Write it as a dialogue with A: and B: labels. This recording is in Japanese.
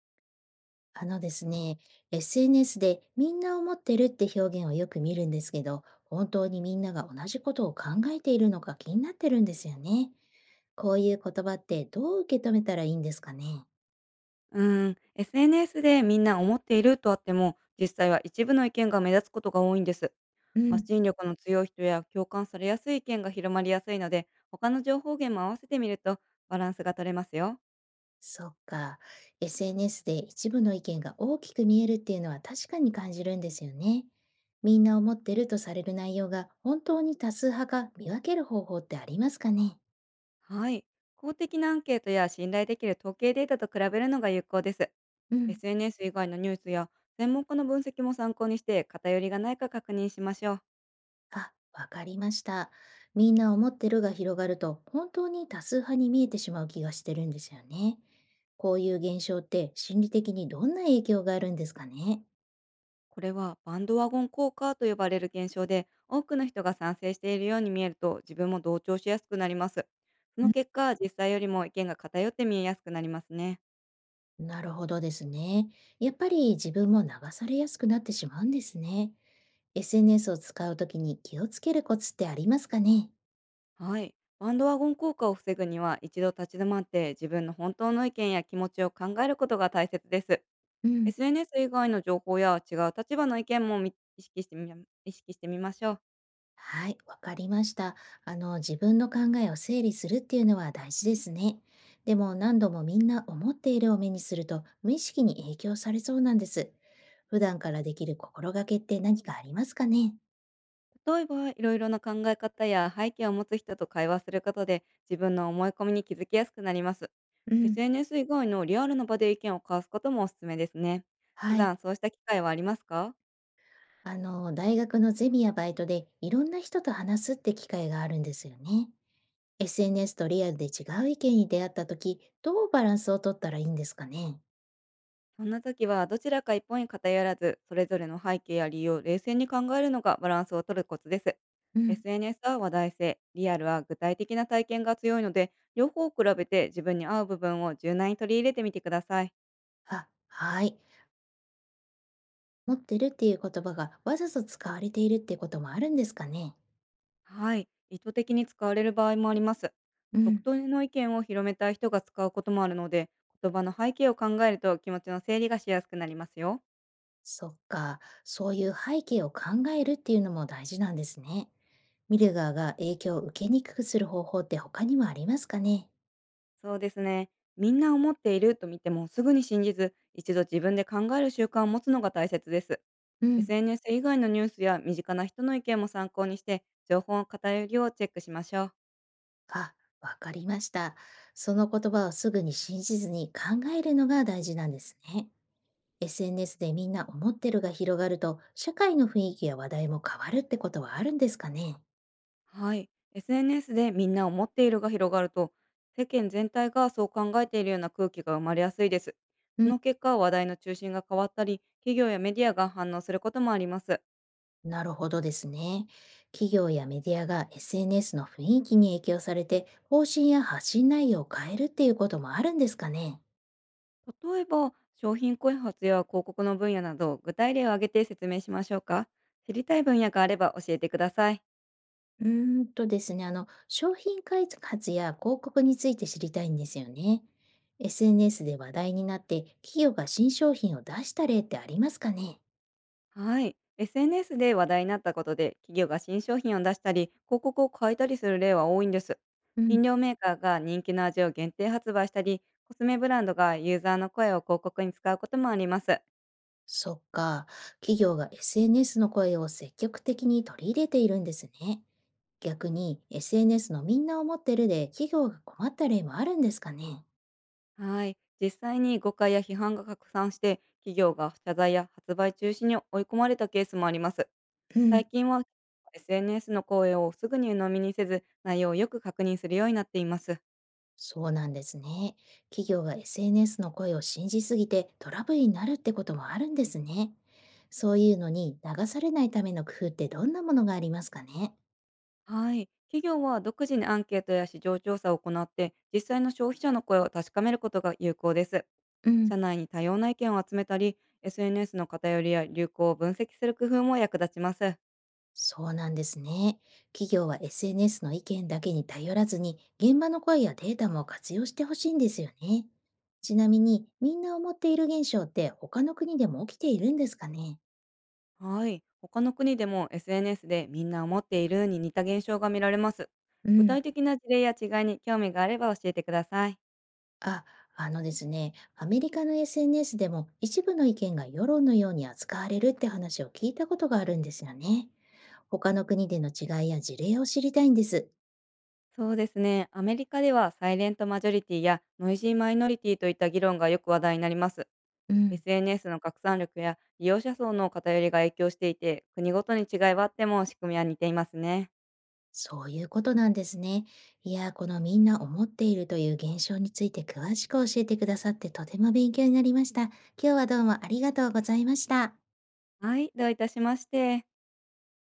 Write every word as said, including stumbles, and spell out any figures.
A: あのですね、エスエヌエス でみんな思ってるって表現をよく見るんですけど、本当にみんなが同じことを考えているのか気になってるんですよね。こういう言葉ってどう受け止めたらいいんですかね？
B: うーん、エスエヌエス でみんな思っているとあっても、実際は一部の意見が目立つことが多いんです。
A: う
B: 発
A: ん。
B: 信力の強い人や共感されやすい意見が広まりやすいので、他の情報源も合わせてみるとバランスが取れますよ。
A: そっか。エスエヌエス で一部の意見が大きく見えるっていうのは確かに感じるんですよね。みんな思ってるとされる内容が本当に多数派か見分ける方法ってありますかね？
B: はい。公的なアンケートや信頼できる統計データと比べるのが有効です。
A: うん。
B: エスエヌエス 以外のニュースや専門家の分析も参考にして偏りがないか確認しましょう。
A: あ、わかりました。みんな思ってるが広がると本当に多数派に見えてしまう気がしてるんですよね。こういう現象って心理的にどんな影響があるんですかね？
B: これはバンドワゴン効果と呼ばれる現象で、多くの人が賛成しているように見えると、自分も同調しやすくなります。その結果、実際よりも意見が偏って見えやすくなりますね。
A: なるほどですね。やっぱり自分も流されやすくなってしまうんですね。エスエヌエス を使うときに気をつけるコツってありますかね？
B: はい。バンドワゴン効果を防ぐには、一度立ち止まって自分の本当の意見や気持ちを考えることが大切です。
A: うん。
B: エスエヌエス 以外の情報や違う立場の意見もみ意識してみ意識してみましょう。
A: はい、わかりました。あの、自分の考えを整理するっていうのは大事ですね。でも何度もみんな思っているを目にすると無意識に影響されそうなんです。普段からできる心がけって何かありますかね？
B: 例えば、いろいろな考え方や背景を持つ人と会話することで、自分の思い込みに気づきやすくなります。
A: うん。
B: エスエヌエス 以外のリアルな場で意見を交わすこともおすすめですね。普
A: はい。
B: 段そうした機会はありますか？
A: あの、大学のゼミやバイトでいろんな人と話すって機会があるんですよね。エスエヌエス とリアルで違う意見に出会った時、どうバランスを取ったらいいんですかね？
B: そんな時はどちらか一方に偏らず、それぞれの背景や理由を冷静に考えるのがバランスを取るコツです。
A: うん。
B: エスエヌエス は話題性、リアルは具体的な体験が強いので、両方を比べて自分に合う部分を柔軟に取り入れてみてください。
A: あ、はい。持ってるっていう言葉がわざと使われているってこともあるんですかね？
B: はい、意図的に使われる場合もあります。
A: う
B: 特
A: ん。
B: 定の意見を広めたい人が使うこともあるので、言葉の背景を考えると気持ちの整理がしやすくなりますよ。
A: そっか、そういう背景を考えるっていうのも大事なんですね。ミルガーが影響を受けにくくする方法って他にもありますかね？
B: そうですね。みんな思っていると見てもすぐに信じず、一度自分で考える習慣を持つのが大切です。
A: うん。
B: エスエヌエス 以外のニュースや身近な人の意見も参考にして、情報の偏りをチェックしましょう。
A: あ、わかりました。その言葉をすぐに信じずに考えるのが大事なんですね。エスエヌエス でみんな思ってるが広がると、社会の雰囲気や話題も変わるってことはあるんですかね？
B: はい。エスエヌエス でみんな思っているが広がると、世間全体がそう考えているような空気が生まれやすいです。
A: う
B: そ
A: ん。
B: の結果、話題の中心が変わったり、企業やメディアが反応することもあります。
A: なるほどですね。企業やメディアが エスエヌエス の雰囲気に影響されて、方針や発信内容を変えるっていうこともあるんですかね？
B: 例えば、商品開発や広告の分野など、具体例を挙げて説明しましょうか。知りたい分野があれば教えてください。
A: うーんとですね、あの、商品開発や広告について知りたいんですよね。エスエヌエス で話題になって、企業が新商品を出した例ってありますかね？
B: はい。エスエヌエス で話題になったことで、企業が新商品を出したり、広告を変えたりする例は多いんです。
A: うん。
B: 飲料メーカーが人気の味を限定発売したり、コスメブランドがユーザーの声を広告に使うこともあります。
A: そっか、企業が エスエヌエス の声を積極的に取り入れているんですね。逆に エスエヌエス のみんなを持ってるで企業が困った例もあるんですかね？
B: はい。実際に誤解や批判が拡散して、企業が謝罪や発売中止に追い込まれたケースもあります。
A: うん。
B: 最近は エスエヌエス の声をすぐに鵜呑みにせず、内容をよく確認するようになっています。
A: そうなんですね。企業が エスエヌエス の声を信じすぎてトラブルになるってこともあるんですね。そういうのに流されないための工夫ってどんなものがありますかね？
B: はい。企業は独自にアンケートや市場調査を行って、実際の消費者の声を確かめることが有効です。
A: うん。
B: 社内に多様な意見を集めたり、エスエヌエス の偏りや流行を分析する工夫も役立ちます。
A: そうなんですね。企業は エスエヌエス の意見だけに頼らずに、現場の声やデータも活用してほしいんですよね。ちなみに、みんな思っている現象って他の国でも起きているんですかね？
B: はい。他の国でも エスエヌエス でみんな思っているに似た現象が見られます。
A: う
B: 具
A: ん。
B: 体的な事例や違いに興味があれば教えてください。
A: あ、あのですね、アメリカの エスエヌエス でも一部の意見が世論のように扱われるって話を聞いたことがあるんですよね。他の国での違いや事例を知りたいんです。
B: そうですね。アメリカではサイレントマジョリティやノイジーマイノリティといった議論がよく話題になります。
A: うん。
B: エスエヌエス の拡散力や利用者層の偏りが影響していて、国ごとに違いはあっても仕組みは似ていますね。
A: そういうことなんですね。いやー、このみんな思っているという現象について詳しく教えてくださってとても勉強になりました。今日はどうもありがとうございました。
B: はい、どういたしまして。